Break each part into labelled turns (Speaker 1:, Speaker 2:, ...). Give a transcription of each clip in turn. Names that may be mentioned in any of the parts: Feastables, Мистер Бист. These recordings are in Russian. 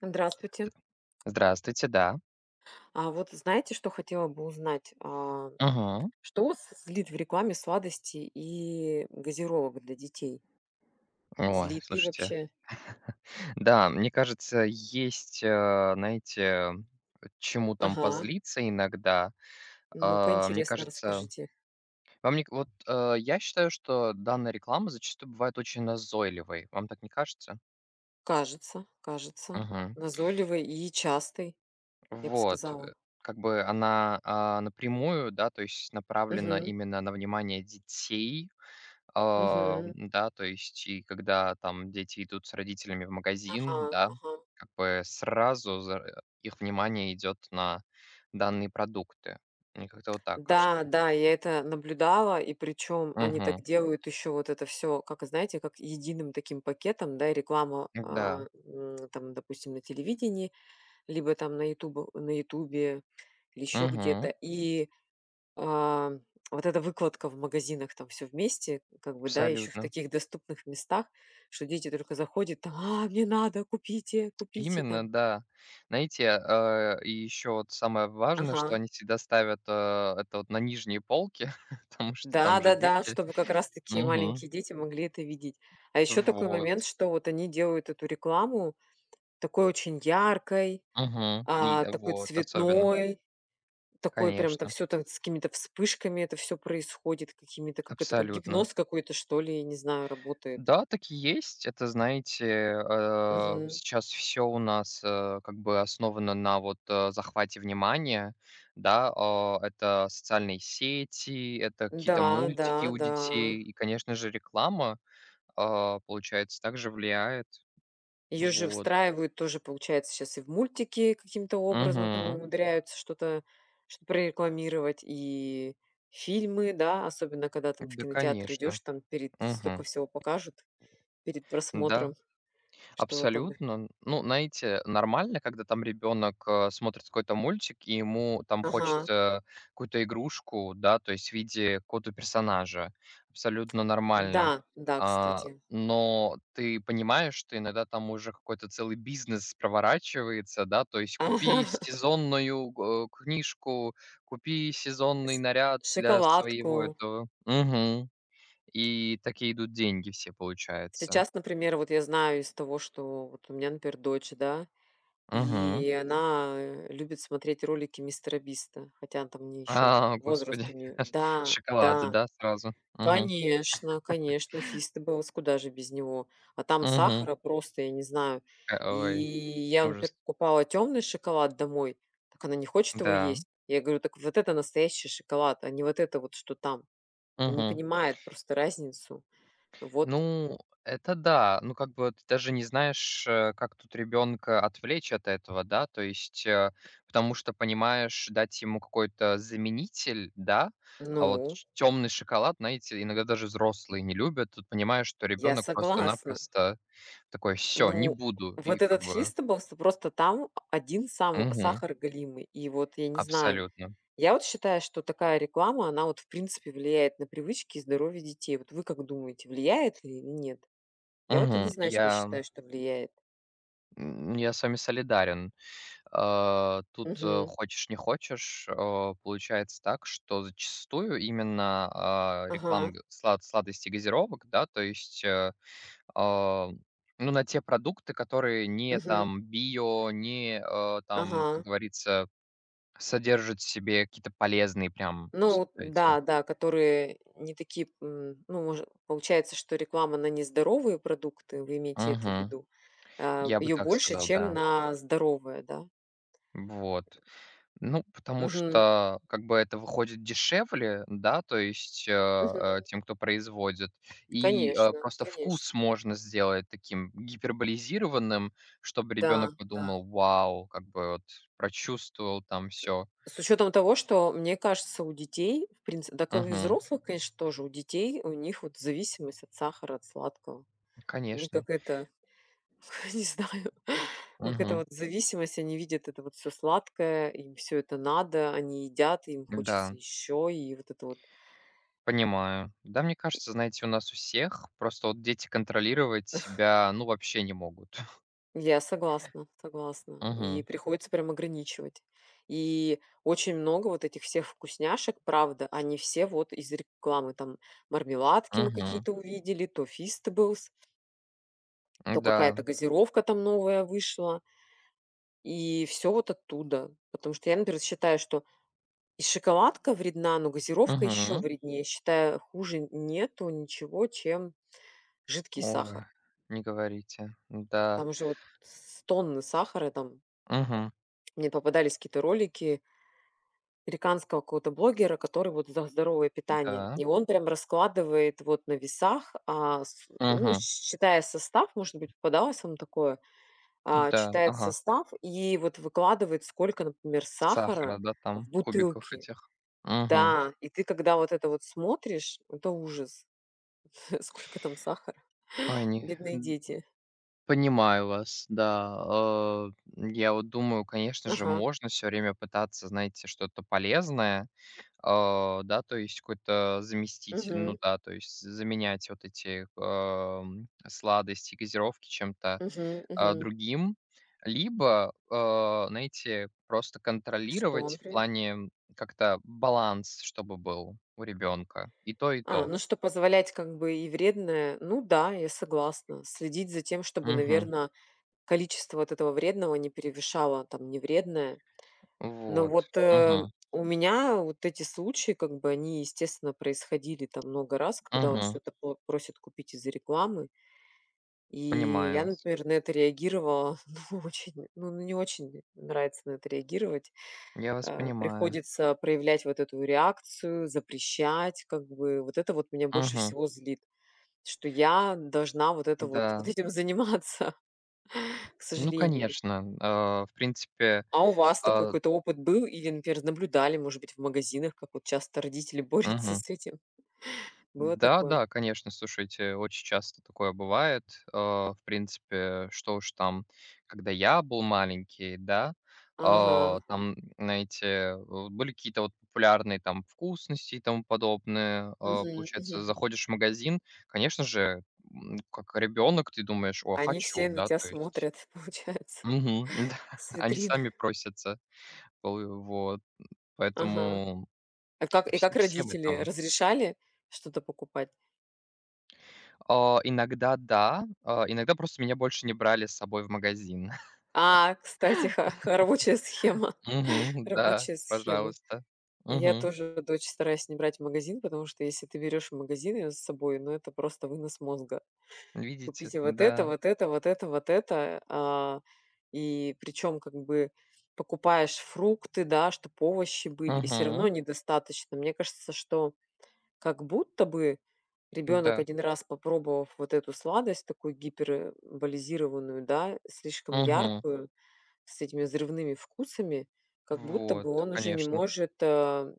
Speaker 1: Здравствуйте.
Speaker 2: Здравствуйте, да.
Speaker 1: А вот знаете, что хотела бы узнать?
Speaker 2: Мгм.
Speaker 1: Что вас злит в рекламе сладостей и газировок для детей?
Speaker 2: Ой,
Speaker 1: Злит ли
Speaker 2: слушайте,
Speaker 1: вообще?
Speaker 2: да, мне кажется, есть, знаете, чему там
Speaker 1: Ага.
Speaker 2: позлиться иногда.
Speaker 1: Ну-ка,
Speaker 2: Мне
Speaker 1: интересно,
Speaker 2: кажется,
Speaker 1: расскажите.
Speaker 2: вам не вот, э, я считаю, что данная реклама зачастую бывает очень назойливой. Вам так не кажется?
Speaker 1: Кажется, кажется.
Speaker 2: Мгм.
Speaker 1: Назойливый и частый, я бы
Speaker 2: Вот,
Speaker 1: сказала.
Speaker 2: как бы она, напрямую, да, то есть направлена
Speaker 1: Мгм,
Speaker 2: именно на внимание детей. А,
Speaker 1: мгм.
Speaker 2: да, то есть и когда там дети идут с родителями в
Speaker 1: Ага,
Speaker 2: магазин, да,
Speaker 1: ага.
Speaker 2: как бы сразу их внимание идет на данные продукты. Мне как-то вот так кажется.
Speaker 1: Да, да, я это наблюдала, и причем они так
Speaker 2: Мгм.
Speaker 1: делают еще вот это все, как знаете, как единым таким пакетом, да, и реклама
Speaker 2: Да.
Speaker 1: там, допустим, на телевидении. Либо там на "Ютубе" или еще
Speaker 2: Мгм.
Speaker 1: где-то. А, вот эта выкладка в магазинах, там все вместе, как бы, да, еще в
Speaker 2: Абсолютно.
Speaker 1: таких доступных местах, что дети только заходят, там: "А, мне надо, купите, купите!"
Speaker 2: Именно,
Speaker 1: Там.
Speaker 2: да. Знаете, и еще вот самое важное,
Speaker 1: Ага.
Speaker 2: что они всегда ставят это вот на нижние полки, потому что там же
Speaker 1: Да-да-да,
Speaker 2: дети.
Speaker 1: чтобы как раз такие
Speaker 2: Мгм.
Speaker 1: маленькие дети могли это видеть. А еще такой
Speaker 2: Вот.
Speaker 1: момент, что вот они делают эту рекламу такой очень яркой,
Speaker 2: Мгм.
Speaker 1: такой
Speaker 2: Особенно.
Speaker 1: цветной. Такое прям там
Speaker 2: Конечно.
Speaker 1: все там с какими-то вспышками это все происходит, какими-то, как это, как
Speaker 2: Абсолютно.
Speaker 1: гипноз какой-то, что ли, я не знаю, работает.
Speaker 2: Да, так и есть. Это, знаете,
Speaker 1: Мгм.
Speaker 2: сейчас все у нас, как бы основано на вот, захвате внимания, да. Это социальные сети, это
Speaker 1: Да,
Speaker 2: какие-то мультики
Speaker 1: да,
Speaker 2: у
Speaker 1: да.
Speaker 2: детей и, конечно же, реклама, получается, также влияет.
Speaker 1: Ее же
Speaker 2: Вот.
Speaker 1: встраивают тоже, получается, сейчас и в мультики каким-то образом там
Speaker 2: Мгм.
Speaker 1: умудряются что-то что прорекламировать, и фильмы, да, особенно когда там в
Speaker 2: Да,
Speaker 1: кинотеатр идешь
Speaker 2: конечно.
Speaker 1: там перед столько
Speaker 2: Мгм.
Speaker 1: всего покажут перед просмотром,
Speaker 2: Да.
Speaker 1: что вот там.
Speaker 2: Абсолютно. Ну, знаете, нормально, когда там ребенок, смотрит какой-то мультик, и ему там
Speaker 1: Ага.
Speaker 2: хочется какую-то игрушку, да, то есть в виде какого-то персонажа. Абсолютно нормально.
Speaker 1: Да, да, кстати.
Speaker 2: Но ты понимаешь, что иногда там уже какой-то целый бизнес проворачивается, да, то есть
Speaker 1: Ага.
Speaker 2: купи сезонную, книжку, купи
Speaker 1: С
Speaker 2: сезонный наряд для
Speaker 1: Шоколадку.
Speaker 2: своего этого. Мгм. И такие идут деньги все, получается.
Speaker 1: Сейчас, например, вот я знаю из того, что вот у меня, например, дочь, да,
Speaker 2: Мгм.
Speaker 1: и она любит смотреть ролики Мистера Биста, хотя там не еще
Speaker 2: А,
Speaker 1: возраст
Speaker 2: господи,
Speaker 1: у нее. Да,
Speaker 2: шоколад,
Speaker 1: да,
Speaker 2: да, сразу? Мгм,
Speaker 1: конечно, конечно, Фистебелс, куда же без него. А там
Speaker 2: мгм.
Speaker 1: сахара просто, я не знаю. И
Speaker 2: Ой,
Speaker 1: я, например,
Speaker 2: ужас.
Speaker 1: покупала темный шоколад домой, так она не хочет его
Speaker 2: Да,
Speaker 1: есть. Я говорю, так вот это настоящий шоколад, а не вот это вот, что там. Она не
Speaker 2: мгм.
Speaker 1: понимает просто разницу. Вот,
Speaker 2: Ну, это да. Ну, как бы вот ты даже не знаешь, как тут ребенка отвлечь от этого, да, то есть, потому что, понимаешь, дать ему какой-то заменитель, да, а вот
Speaker 1: ну,
Speaker 2: темный шоколад, знаете, иногда даже взрослые не любят. Тут понимаешь, что
Speaker 1: я
Speaker 2: ребенок
Speaker 1: согласна.
Speaker 2: просто-напросто такой: "Все, не
Speaker 1: Ну,
Speaker 2: буду". И
Speaker 1: вот
Speaker 2: как
Speaker 1: этот
Speaker 2: бы
Speaker 1: Feastables, просто там один сам
Speaker 2: мгм,
Speaker 1: сахар галимый. И вот я не знаю,
Speaker 2: абсолютно.
Speaker 1: я вот считаю, что такая реклама, она вот в принципе влияет на привычки и здоровье детей. Вот вы как думаете, влияет ли или нет? Я вот
Speaker 2: Мгм.
Speaker 1: однозначно
Speaker 2: Я
Speaker 1: считаю, что влияет.
Speaker 2: М, я с вами солидарен. Тут,
Speaker 1: Мгм.
Speaker 2: хочешь не хочешь, получается так, что зачастую именно, реклама
Speaker 1: Ага.
Speaker 2: г слад сладостей, газировок, да, то есть, а, ну, на те продукты, которые не
Speaker 1: Мгм.
Speaker 2: там био, не, там, как
Speaker 1: Ага.
Speaker 2: говорится, содержат в себе какие-то полезные прям
Speaker 1: Ну
Speaker 2: с
Speaker 1: вот
Speaker 2: эти.
Speaker 1: да, да, которые не такие, ну, мож получается, что реклама на нездоровые продукты, вы имеете это в
Speaker 2: Мгм.
Speaker 1: виду,
Speaker 2: Я бы
Speaker 1: ее
Speaker 2: так
Speaker 1: больше,
Speaker 2: сказал,
Speaker 1: чем
Speaker 2: да.
Speaker 1: на здоровые, да?
Speaker 2: Вот. Ну, потому
Speaker 1: Мгм.
Speaker 2: что как бы это выходит дешевле, да, то есть,
Speaker 1: Мгм.
Speaker 2: тем, кто производит.
Speaker 1: Конечно,
Speaker 2: Просто
Speaker 1: конечно.
Speaker 2: вкус можно сделать таким гиперболизированным, чтобы
Speaker 1: Да,
Speaker 2: ребенок
Speaker 1: да.
Speaker 2: подумал: "Вау!" Как бы вот прочувствовал там все.
Speaker 1: С учетом того, что, мне кажется, у детей, в принципе, так и у
Speaker 2: Мгм.
Speaker 1: взрослых, конечно, тоже, у детей, у них вот зависимость от сахара, от сладкого. Они
Speaker 2: Конечно.
Speaker 1: как это, не знаю, как это
Speaker 2: Мгм.
Speaker 1: вот зависимость, они видят это вот все сладкое, им все это надо, они едят, им хочется
Speaker 2: Да,
Speaker 1: еще, и вот это вот.
Speaker 2: понимаю. Да, мне кажется, знаете, у нас у всех просто вот дети контролировать себя, ну, вообще не могут.
Speaker 1: Я согласна, согласна. И
Speaker 2: Мгм.
Speaker 1: приходится прям ограничивать. И очень много вот этих всех вкусняшек, правда, они все вот из рекламы. Там мармеладки мы
Speaker 2: Мгм.
Speaker 1: какие-то увидели, то Фистаблс, то
Speaker 2: Да.
Speaker 1: какая-то газировка там новая вышла. И все вот оттуда. Потому что я, например, считаю, что и шоколадка вредна, но газировка еще
Speaker 2: Мгм.
Speaker 1: вреднее. Считаю, хуже нету ничего, чем жидкий
Speaker 2: Ой,
Speaker 1: сахар.
Speaker 2: не говорите. Да.
Speaker 1: Там же вот с тонны сахара, там
Speaker 2: Мгм.
Speaker 1: мне попадались какие-то ролики, американского какого-то блогера, который вот за здоровое питание.
Speaker 2: Да.
Speaker 1: И он прям раскладывает вот на весах, а, с ну,
Speaker 2: Мгм.
Speaker 1: считая состав, может быть, попадалось вам такое,
Speaker 2: Да.
Speaker 1: читает
Speaker 2: Ага.
Speaker 1: состав и вот выкладывает, сколько, например, сахара
Speaker 2: Сахара, да, там,
Speaker 1: в
Speaker 2: кубиков
Speaker 1: бутылке.
Speaker 2: этих. Мгм.
Speaker 1: Да, и ты, когда вот это вот смотришь, это ужас, сколько там сахара.
Speaker 2: Ой, не
Speaker 1: Бедные
Speaker 2: н
Speaker 1: дети.
Speaker 2: понимаю вас, да. Я вот думаю, конечно же,
Speaker 1: Ага.
Speaker 2: можно все время пытаться, знаете, что-то полезное, да, то есть какой-то заместить, ну
Speaker 1: Мгм.
Speaker 2: да, то есть заменять вот эти, сладости, газировки чем-то.
Speaker 1: Мгм. Мгм.
Speaker 2: Другим, либо, знаете, просто
Speaker 1: Что
Speaker 2: контролировать
Speaker 1: он
Speaker 2: в
Speaker 1: при
Speaker 2: плане как-то баланс, чтобы был у ребенка. И то, и
Speaker 1: А,
Speaker 2: то.
Speaker 1: Ну что позволять как бы и вредное, ну да, я согласна. Следить за тем, чтобы,
Speaker 2: Мгм.
Speaker 1: наверное, количество вот этого вредного не перевешало там невредное. Но
Speaker 2: Вот.
Speaker 1: вот,
Speaker 2: Мгм.
Speaker 1: у меня вот эти случаи, как бы они, естественно, происходили там много раз, когда вот
Speaker 2: Мгм.
Speaker 1: что-то по просят купить из-за рекламы. И
Speaker 2: Понимаю
Speaker 1: я,
Speaker 2: вас.
Speaker 1: например, на это реагировала, ну, очень, ну, не очень нравится на это реагировать.
Speaker 2: Я вас понимаю.
Speaker 1: Приходится проявлять вот эту реакцию, запрещать как бы. Вот это вот меня больше
Speaker 2: Мгм.
Speaker 1: всего злит. Что я должна вот это вот
Speaker 2: Да.
Speaker 1: этим заниматься, к
Speaker 2: Ну,
Speaker 1: сожалению.
Speaker 2: конечно, в принципе,
Speaker 1: А у вас такой
Speaker 2: э,
Speaker 1: какой-то опыт был или, например, наблюдали, может быть, в магазинах, как вот часто родители борются
Speaker 2: мгм.
Speaker 1: с этим? Было
Speaker 2: Да,
Speaker 1: такое?
Speaker 2: да, конечно, слушайте, очень часто такое бывает. Э, в принципе, что уж там, когда я был маленький, да,
Speaker 1: Ага.
Speaker 2: там, знаете, были какие-то вот популярные там вкусности и тому подобное.
Speaker 1: Мгм,
Speaker 2: Получается,
Speaker 1: мгм.
Speaker 2: заходишь в магазин, конечно же, как ребенок, ты думаешь, о,
Speaker 1: Они
Speaker 2: хочу,
Speaker 1: все на
Speaker 2: да,
Speaker 1: тебя
Speaker 2: то есть,
Speaker 1: смотрят, получается,
Speaker 2: мгм, да,
Speaker 1: с
Speaker 2: они
Speaker 1: витрины.
Speaker 2: сами просятся, вот,
Speaker 1: Ага.
Speaker 2: поэтому
Speaker 1: А как
Speaker 2: все мы
Speaker 1: родители
Speaker 2: там.
Speaker 1: разрешали что-то покупать?
Speaker 2: Иногда да, иногда просто меня больше не брали с собой в магазин.
Speaker 1: А, кстати, ха ха рабочая схема,
Speaker 2: Мгм, да,
Speaker 1: рабочая схема.
Speaker 2: пожалуйста.
Speaker 1: Я
Speaker 2: Мгм.
Speaker 1: тоже дочь стараюсь не брать в магазин, потому что если ты берешь в магазин её с собой, ну, это просто вынос мозга.
Speaker 2: Видите,
Speaker 1: Купите вот это,
Speaker 2: да.
Speaker 1: вот это, вот это, вот это. И причем как бы покупаешь фрукты, да, чтобы овощи были, и все
Speaker 2: Мгм.
Speaker 1: равно недостаточно. Мне кажется, что как будто бы ребенок,
Speaker 2: Да.
Speaker 1: один раз попробовав вот эту сладость, такую гиперболизированную, да, слишком
Speaker 2: Мгм.
Speaker 1: яркую, с этими взрывными вкусами, как будто
Speaker 2: Вот,
Speaker 1: бы он уже не
Speaker 2: конечно.
Speaker 1: может,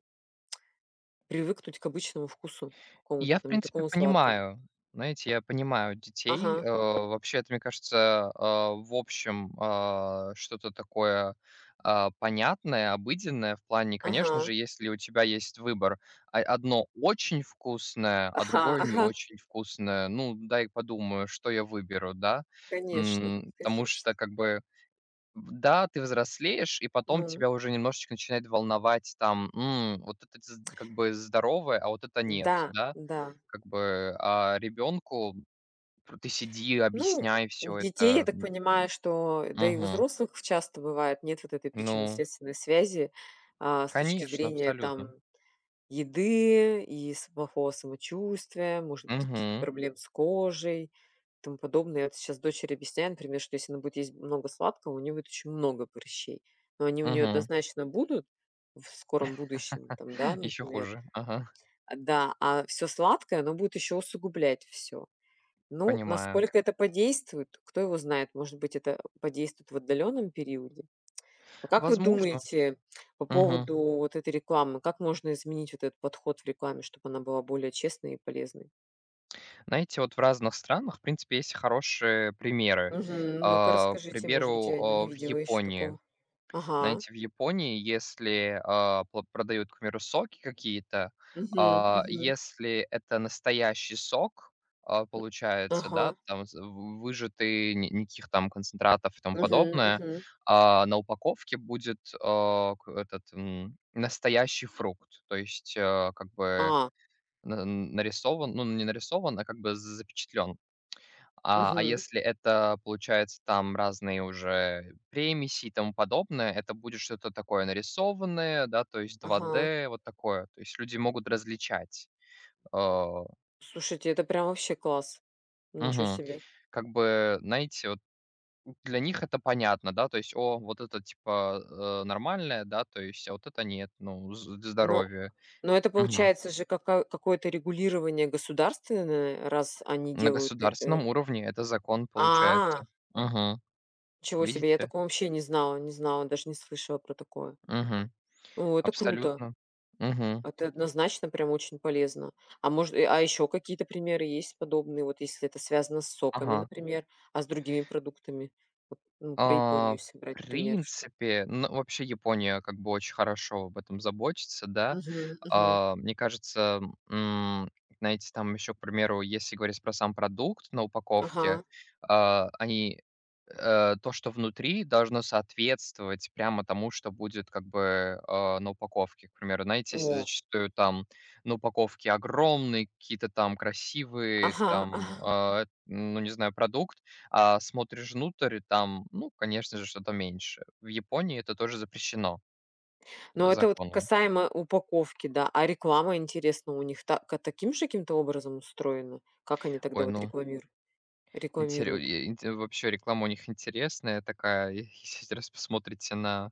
Speaker 1: привыкнуть к обычному вкусу
Speaker 2: И
Speaker 1: какому-то
Speaker 2: Я, в
Speaker 1: там, не
Speaker 2: принципе,
Speaker 1: такому сладкому.
Speaker 2: понимаю. Знаете, я понимаю детей.
Speaker 1: Ага,
Speaker 2: Вообще, это, мне кажется, в общем, что-то такое понятное, обыденное в плане,
Speaker 1: ага,
Speaker 2: конечно же, если у тебя есть выбор, одно очень вкусное, а
Speaker 1: ага,
Speaker 2: другое не
Speaker 1: ага,
Speaker 2: очень вкусное, ну, дай подумаю, что я выберу, да.
Speaker 1: конечно,
Speaker 2: Потому
Speaker 1: конечно.
Speaker 2: что, как бы, да, ты взрослеешь, и потом
Speaker 1: Ну
Speaker 2: тебя уже немножечко начинает волновать там: "М, вот это как бы здоровое, а вот это нет",
Speaker 1: да,
Speaker 2: да,
Speaker 1: да.
Speaker 2: как бы, а ребенку пр ты сиди,
Speaker 1: Ну,
Speaker 2: объясняй
Speaker 1: у
Speaker 2: все
Speaker 1: детей, я
Speaker 2: это.
Speaker 1: так понимаю, что, да и у
Speaker 2: Мгм.
Speaker 1: взрослых часто бывает, нет вот этой
Speaker 2: Ну,
Speaker 1: причинно-следственной связи, с точки
Speaker 2: конечно,
Speaker 1: зрения там
Speaker 2: абсолютно.
Speaker 1: еды и с плохого самочувствия, может быть, каких-то
Speaker 2: Мгм,
Speaker 1: проблем с кожей и тому подобное. Я вот сейчас дочери объясняю, например, что если она будет есть много сладкого, у нее будет очень много прыщей. Но они у нее
Speaker 2: мгм.
Speaker 1: однозначно будут в скором будущем, там, да,
Speaker 2: Еще
Speaker 1: например.
Speaker 2: хуже. Ага,
Speaker 1: Да, а все сладкое, оно будет еще усугублять все. Ну,
Speaker 2: понимаю.
Speaker 1: насколько это подействует, кто его знает, может быть, это подействует в отдаленном периоде, а как вы
Speaker 2: Возможно.
Speaker 1: думаете по
Speaker 2: Мгм.
Speaker 1: поводу вот этой рекламы? Как можно изменить вот этот подход в рекламе, чтобы она была более честной и полезной?
Speaker 2: Знаете, вот в разных странах, в принципе, есть хорошие примеры.
Speaker 1: Мгм. Ну-ка
Speaker 2: К
Speaker 1: расскажите, может быть,
Speaker 2: примеру,
Speaker 1: я не
Speaker 2: в
Speaker 1: видела еще
Speaker 2: Японии.
Speaker 1: такого. Ага.
Speaker 2: Знаете, в Японии, если, а, пла продают, к примеру, соки какие-то,
Speaker 1: Мгм. Мгм.
Speaker 2: если это настоящий сок, получается,
Speaker 1: Ага.
Speaker 2: да, там з в выжатый, ни никаких там концентратов и тому
Speaker 1: Мгм.
Speaker 2: подобное,
Speaker 1: Мгм.
Speaker 2: на упаковке будет, а, к этот, настоящий фрукт. То есть, как бы
Speaker 1: А.
Speaker 2: на нарисован, ну, не нарисован, а как бы запечатлен.
Speaker 1: Мгм.
Speaker 2: Если это, получается, там разные уже премиси и тому подобное, это будет что-то такое нарисованное, да, то есть
Speaker 1: Ага.
Speaker 2: 2D, вот такое. То есть люди могут различать. Э,
Speaker 1: Слушайте, это прям вообще класс. Ничего
Speaker 2: мгм.
Speaker 1: себе.
Speaker 2: Как бы, знаете, вот для них это понятно, да, то есть, о, вот это типа нормальное, да, то есть, а вот это нет, ну,
Speaker 1: Но
Speaker 2: здоровье.
Speaker 1: но это
Speaker 2: Мгм.
Speaker 1: получается же кака какое-то регулирование государственное, раз они
Speaker 2: На
Speaker 1: делают и,
Speaker 2: государственном уровне это закон
Speaker 1: А.
Speaker 2: получается. Мгм.
Speaker 1: Ничего себе, я
Speaker 2: Видите?
Speaker 1: такого вообще не знала, не знала, даже не слышала про такое.
Speaker 2: Мгм.
Speaker 1: О, это круто.
Speaker 2: Абсолютно. Мгм.
Speaker 1: Это однозначно прям очень полезно. А может, еще какие-то примеры есть подобные, вот если это связано с соками,
Speaker 2: Ага.
Speaker 1: например, а с другими продуктами? Вот, ну, про Японию,
Speaker 2: В
Speaker 1: если брать пример, что.
Speaker 2: принципе, ну, вообще Япония как бы очень хорошо об этом заботится, да.
Speaker 1: Мгм, мгм.
Speaker 2: Мне кажется, м, знаете, там еще, к примеру, если говорить про сам продукт на упаковке,
Speaker 1: Ага.
Speaker 2: они то, что внутри, должно соответствовать прямо тому, что будет как бы, на упаковке. К примеру, знаете, с
Speaker 1: О.
Speaker 2: зачастую там на упаковке огромные какие-то там красивые
Speaker 1: Ага,
Speaker 2: там,
Speaker 1: ага.
Speaker 2: ну, не знаю, продукт, а смотришь внутрь, и там, ну, конечно же, что-то меньше. В Японии это тоже запрещено,
Speaker 1: Но это вот
Speaker 2: законом.
Speaker 1: касаемо упаковки, да. А реклама, интересно, у них таким же каким-то образом устроена? Как они тогда
Speaker 2: Ой,
Speaker 1: вот
Speaker 2: ну,
Speaker 1: рекламируют?
Speaker 2: интере
Speaker 1: рекламируют?
Speaker 2: и инте вообще реклама у них интересная такая. Если раз посмотрите на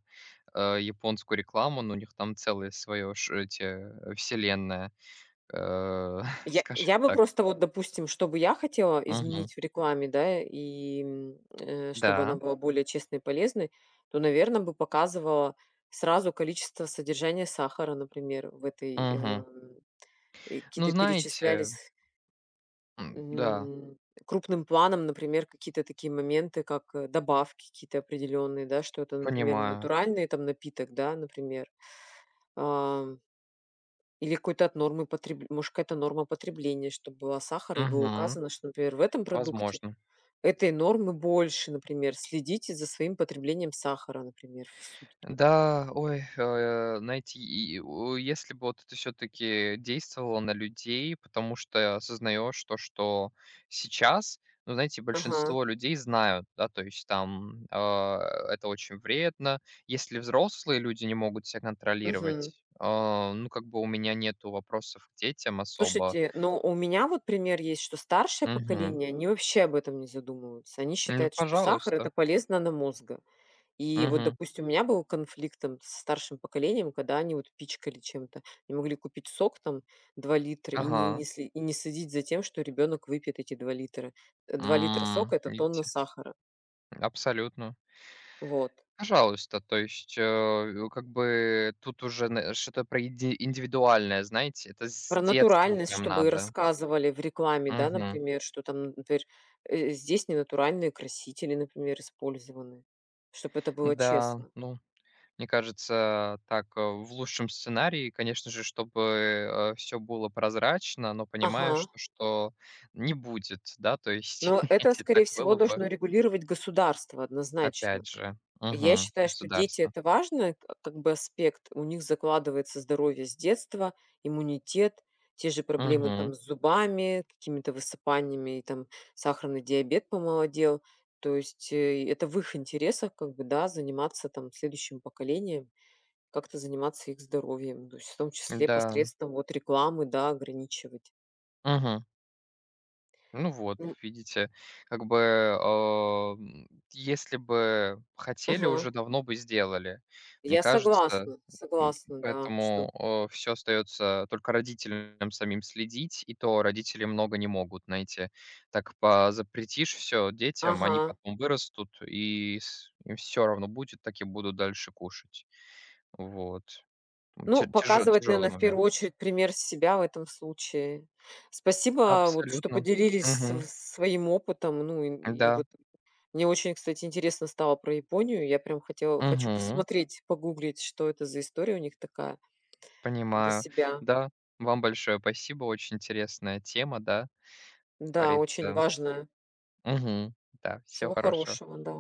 Speaker 2: японскую рекламу, но у них там целое свое вселенная, э,
Speaker 1: Я
Speaker 2: скажем
Speaker 1: я бы
Speaker 2: так.
Speaker 1: просто вот, допустим, что бы я хотела
Speaker 2: Мгм.
Speaker 1: изменить в рекламе, да, и, чтобы она
Speaker 2: Да.
Speaker 1: была более честной и полезной, то, наверное, бы показывала сразу количество содержания сахара, например, в этой,
Speaker 2: Мгм.
Speaker 1: и
Speaker 2: Ну,
Speaker 1: какие-то
Speaker 2: знаете,
Speaker 1: перечислялись,
Speaker 2: да,
Speaker 1: м, крупным планом, например, какие-то такие моменты, как, добавки какие-то определенные, да, что это, например, не
Speaker 2: понимаю.
Speaker 1: натуральный там напиток, да, например, а, или какой-то от нормы потреб может, какая-то норма потребления, чтобы была сахара и было
Speaker 2: Мгм.
Speaker 1: указано, что, например, в этом продукте
Speaker 2: Возможно.
Speaker 1: этой нормы больше, например. Следите за своим потреблением сахара, например, в сутки.
Speaker 2: Да, ой, найти и у если бы вот это все таки действовало на людей, потому что осознаешь то, что сейчас, ну, знаете,
Speaker 1: Ага,
Speaker 2: большинство людей знают, да, то есть там, это очень вредно. Если взрослые люди не могут себя
Speaker 1: мгм.
Speaker 2: контролировать, ну, как бы у меня нету вопросов к детям особо.
Speaker 1: Слушайте, но у меня вот пример есть, что старшее
Speaker 2: Мгм.
Speaker 1: поколение, они вообще об этом не задумываются. Они
Speaker 2: Ну,
Speaker 1: считают, что сахар -
Speaker 2: пожалуйста.
Speaker 1: это полезно на мозга. И вот,
Speaker 2: Мгм.
Speaker 1: допустим, у меня был конфликт там с старшим поколением, когда они вот пичкали чем-то. Не могли купить сок там 2 литра и не,
Speaker 2: Ага.
Speaker 1: не, сли- и не следить за тем, что ребенок выпьет эти 2 литра. 2 литра
Speaker 2: М,
Speaker 1: сока – это тонна
Speaker 2: видите,
Speaker 1: сахара.
Speaker 2: абсолютно.
Speaker 1: Вот.
Speaker 2: Пожалуйста, то есть, как бы тут уже на что-то про иди индивидуальное, знаете, это с
Speaker 1: Про
Speaker 2: детства
Speaker 1: натуральность,
Speaker 2: прям
Speaker 1: чтобы
Speaker 2: надо.
Speaker 1: рассказывали в рекламе, да,
Speaker 2: Мгм.
Speaker 1: например, что там, например, здесь ненатуральные красители, например, использованы, чтобы это было
Speaker 2: Да,
Speaker 1: честно.
Speaker 2: ну, мне кажется, так, в лучшем сценарии, конечно же, чтобы все было прозрачно, но
Speaker 1: Ага.
Speaker 2: понимаешь, что не будет, да, то есть,
Speaker 1: Но это,
Speaker 2: если так
Speaker 1: скорее всего,
Speaker 2: было бы,
Speaker 1: должно регулировать государство однозначно.
Speaker 2: опять же,
Speaker 1: Я
Speaker 2: мгм,
Speaker 1: считаю, что дети -
Speaker 2: государство.
Speaker 1: это важный к как бы аспект. У них закладывается здоровье с детства, иммунитет, те же проблемы
Speaker 2: Мгм.
Speaker 1: там с зубами, какими-то высыпаниями, и там сахарный диабет помолодел. То есть, это в их интересах как бы, да, заниматься там следующим поколением, как-то заниматься их здоровьем. То есть в том числе
Speaker 2: Да.
Speaker 1: посредством вот рекламы, да, ограничивать.
Speaker 2: Мгм. Ну вот,
Speaker 1: Ну.
Speaker 2: видите, как бы, если бы хотели,
Speaker 1: Ага.
Speaker 2: уже давно бы сделали. Мне
Speaker 1: Я
Speaker 2: кажется,
Speaker 1: согласна, согласна, да, что.
Speaker 2: поэтому все остается только родителям самим следить, и то родители много не могут, знаете. Так по запретишь все детям, они
Speaker 1: Ага.
Speaker 2: потом вырастут, и с им всё равно будет, так и будут дальше кушать. Вот.
Speaker 1: Ну, показывать,
Speaker 2: Тяжелый
Speaker 1: наверное, в
Speaker 2: момент.
Speaker 1: первую очередь пример себя в этом случае. Спасибо, вот, что
Speaker 2: Абсолютно.
Speaker 1: поделились
Speaker 2: Мгм.
Speaker 1: св своим опытом. Ну, и
Speaker 2: Да.
Speaker 1: вот мне очень, кстати, интересно стало про Японию. Я прям хотела хочу
Speaker 2: Мгм.
Speaker 1: посмотреть, погуглить, что это за история у них такая для
Speaker 2: Понимаю.
Speaker 1: себя.
Speaker 2: Да, вам большое спасибо. Очень интересная тема, да, как
Speaker 1: Да, очень
Speaker 2: говорится.
Speaker 1: важная.
Speaker 2: Мгм. Да, всего
Speaker 1: Всего
Speaker 2: хорошего.
Speaker 1: хорошего, да.